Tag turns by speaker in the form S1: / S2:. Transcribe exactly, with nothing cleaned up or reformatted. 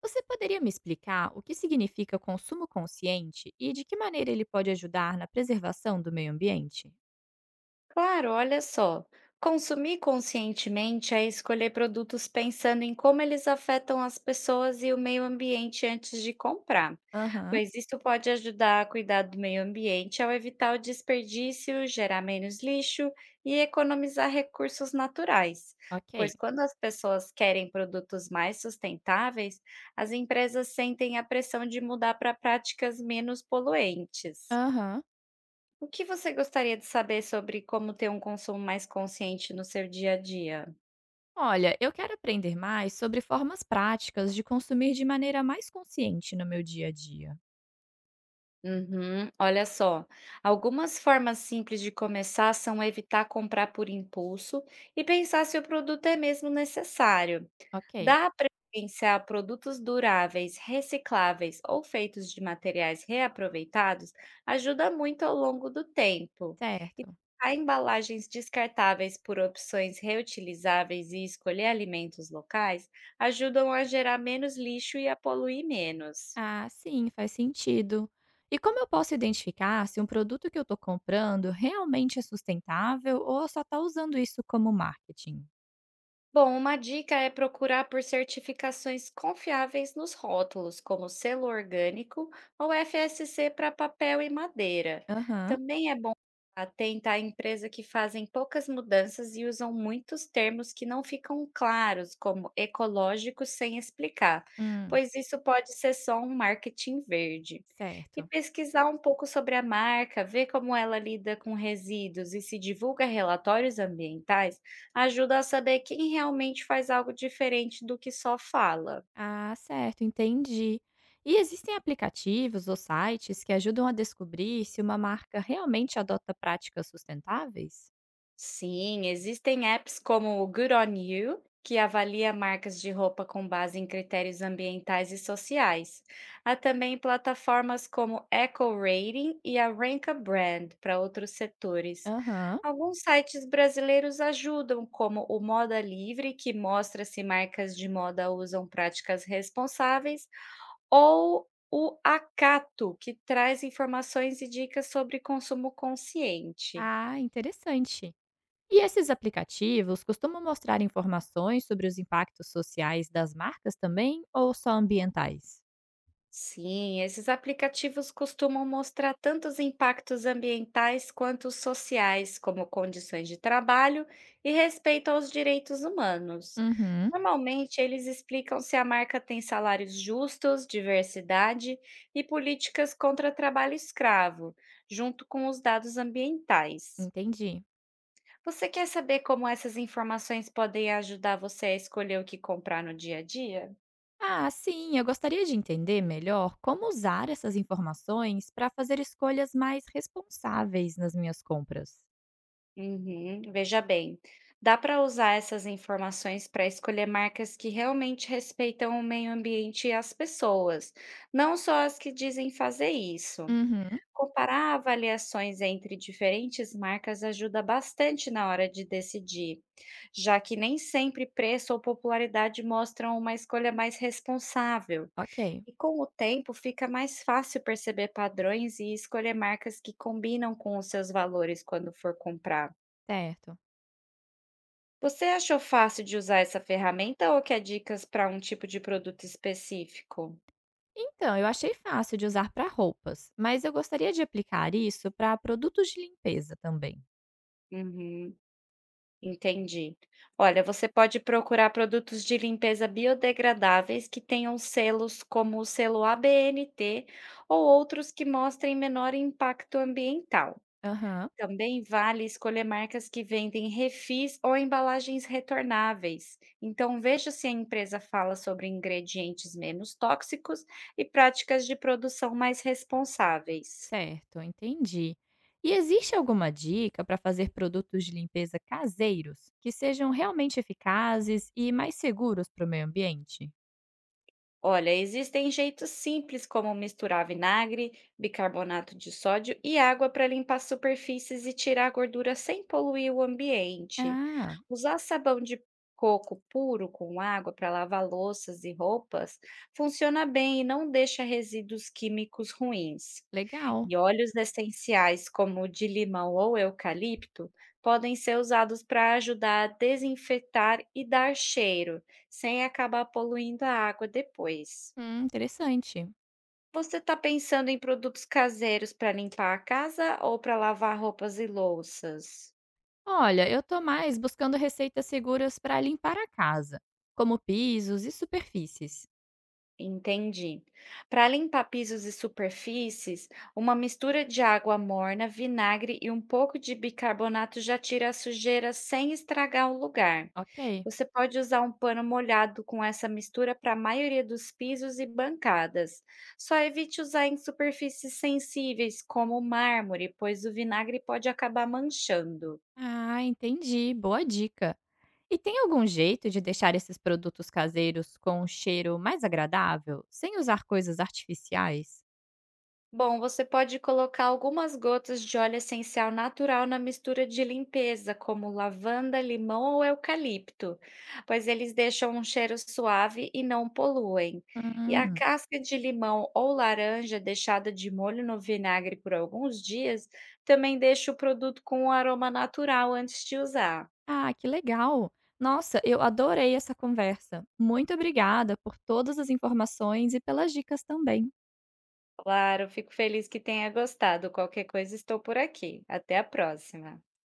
S1: Você poderia me explicar o que significa consumo consciente e de que maneira ele pode ajudar na preservação do meio ambiente?
S2: Claro, olha só. Consumir conscientemente é escolher produtos pensando em como eles afetam as pessoas e o meio ambiente antes de comprar,
S1: Aham.
S2: pois isso pode ajudar a cuidar do meio ambiente ao evitar o desperdício, gerar menos lixo e economizar recursos naturais.
S1: Ok.
S2: Pois quando as pessoas querem produtos mais sustentáveis, as empresas sentem a pressão de mudar para práticas menos poluentes.
S1: Aham.
S2: O que você gostaria de saber sobre como ter um consumo mais consciente no seu dia a dia?
S1: Olha, eu quero aprender mais sobre formas práticas de consumir de maneira mais consciente no meu dia a dia.
S2: Uhum. Olha só, algumas formas simples de começar são evitar comprar por impulso e pensar se o produto é mesmo necessário.
S1: Ok.
S2: Dá preferência a produtos duráveis, recicláveis ou feitos de materiais reaproveitados ajuda muito ao longo do tempo. E
S1: Certo.
S2: trocar embalagens descartáveis por opções reutilizáveis e escolher alimentos locais ajudam a gerar menos lixo e a poluir menos.
S1: Ah, sim, faz sentido. E como eu posso identificar se um produto que eu estou comprando realmente é sustentável ou só está usando isso como marketing?
S2: Bom, uma dica é procurar por certificações confiáveis nos rótulos, como selo orgânico ou F S C para papel e madeira.
S1: Aham.
S2: Também é bom atentar a empresa que fazem poucas mudanças e usam muitos termos que não ficam claros, como ecológico, sem explicar,
S1: Hum.
S2: pois isso pode ser só um marketing verde. E
S1: Certo.
S2: pesquisar um pouco sobre a marca, ver como ela lida com resíduos e se divulga relatórios ambientais ajuda a saber quem realmente faz algo diferente do que só fala.
S1: Ah, certo, entendi. E existem aplicativos ou sites que ajudam a descobrir se uma marca realmente adota práticas sustentáveis?
S2: Sim, existem apps como o Good On You, que avalia marcas de roupa com base em critérios ambientais e sociais. Há também plataformas como Eco Rating e a Rank a Brand para outros setores.
S1: Aham.
S2: Alguns sites brasileiros ajudam, como o Moda Livre, que mostra se marcas de moda usam práticas responsáveis, ou o Acato, que traz informações e dicas sobre consumo consciente.
S1: Ah, interessante. E esses aplicativos costumam mostrar informações sobre os impactos sociais das marcas também ou só ambientais?
S2: Sim, esses aplicativos costumam mostrar tanto os impactos ambientais quanto os sociais, como condições de trabalho e respeito aos direitos humanos.
S1: Uhum.
S2: Normalmente, eles explicam se a marca tem salários justos, diversidade e políticas contra trabalho escravo, junto com os dados ambientais.
S1: Entendi.
S2: Você quer saber como essas informações podem ajudar você a escolher o que comprar no dia a dia?
S1: Ah, sim, eu gostaria de entender melhor como usar essas informações para fazer escolhas mais responsáveis nas minhas compras.
S2: Uhum, veja bem, dá para usar essas informações para escolher marcas que realmente respeitam o meio ambiente e as pessoas, não só as que dizem fazer isso.
S1: Uhum.
S2: Comparar avaliações entre diferentes marcas ajuda bastante na hora de decidir, já que nem sempre preço ou popularidade mostram uma escolha mais responsável.
S1: Ok.
S2: E com o tempo fica mais fácil perceber padrões e escolher marcas que combinam com os seus valores quando for comprar.
S1: Certo.
S2: Você achou fácil de usar essa ferramenta ou quer dicas para um tipo de produto específico?
S1: Então, eu achei fácil de usar para roupas, mas eu gostaria de aplicar isso para produtos de limpeza também.
S2: Uhum, entendi. Olha, você pode procurar produtos de limpeza biodegradáveis que tenham selos como o selo A B N T ou outros que mostrem menor impacto ambiental.
S1: Aham,
S2: Também vale escolher marcas que vendem refis ou embalagens retornáveis. Então, veja se a empresa fala sobre ingredientes menos tóxicos e práticas de produção mais responsáveis.
S1: certo, entendi. E existe alguma dica para fazer produtos de limpeza caseiros que sejam realmente eficazes e mais seguros para o meio ambiente?
S2: Olha, existem jeitos simples como misturar vinagre, bicarbonato de sódio e água para limpar superfícies e tirar a gordura sem poluir o ambiente.
S1: Ah,
S2: Usar sabão de coco puro com água para lavar louças e roupas funciona bem e não deixa resíduos químicos ruins.
S1: legal.
S2: E óleos essenciais, como o de limão ou eucalipto, podem ser usados para ajudar a desinfetar e dar cheiro, sem acabar poluindo a água depois.
S1: Hum, interessante.
S2: Você está pensando em produtos caseiros para limpar a casa ou para lavar roupas e louças?
S1: Olha, eu tô mais buscando receitas seguras para limpar a casa, como pisos e superfícies.
S2: Entendi. Para limpar pisos e superfícies, uma mistura de água morna, vinagre e um pouco de bicarbonato já tira a sujeira sem estragar o lugar.
S1: Ok.
S2: Você pode usar um pano molhado com essa mistura para a maioria dos pisos e bancadas. Só evite usar em superfícies sensíveis, como mármore, pois o vinagre pode acabar manchando.
S1: Ah, entendi. Boa dica. E tem algum jeito de deixar esses produtos caseiros com um cheiro mais agradável, sem usar coisas artificiais?
S2: Bom, você pode colocar algumas gotas de óleo essencial natural na mistura de limpeza, como lavanda, limão ou eucalipto, pois eles deixam um cheiro suave e não poluem. E a
S1: Hum.
S2: casca de limão ou laranja deixada de molho no vinagre por alguns dias também deixa o produto com um aroma natural antes de usar.
S1: Ah, que legal! Nossa, eu adorei essa conversa. Muito obrigada por todas as informações e pelas dicas também.
S2: Claro, fico feliz que tenha gostado. Qualquer coisa, estou por aqui. Até a próxima.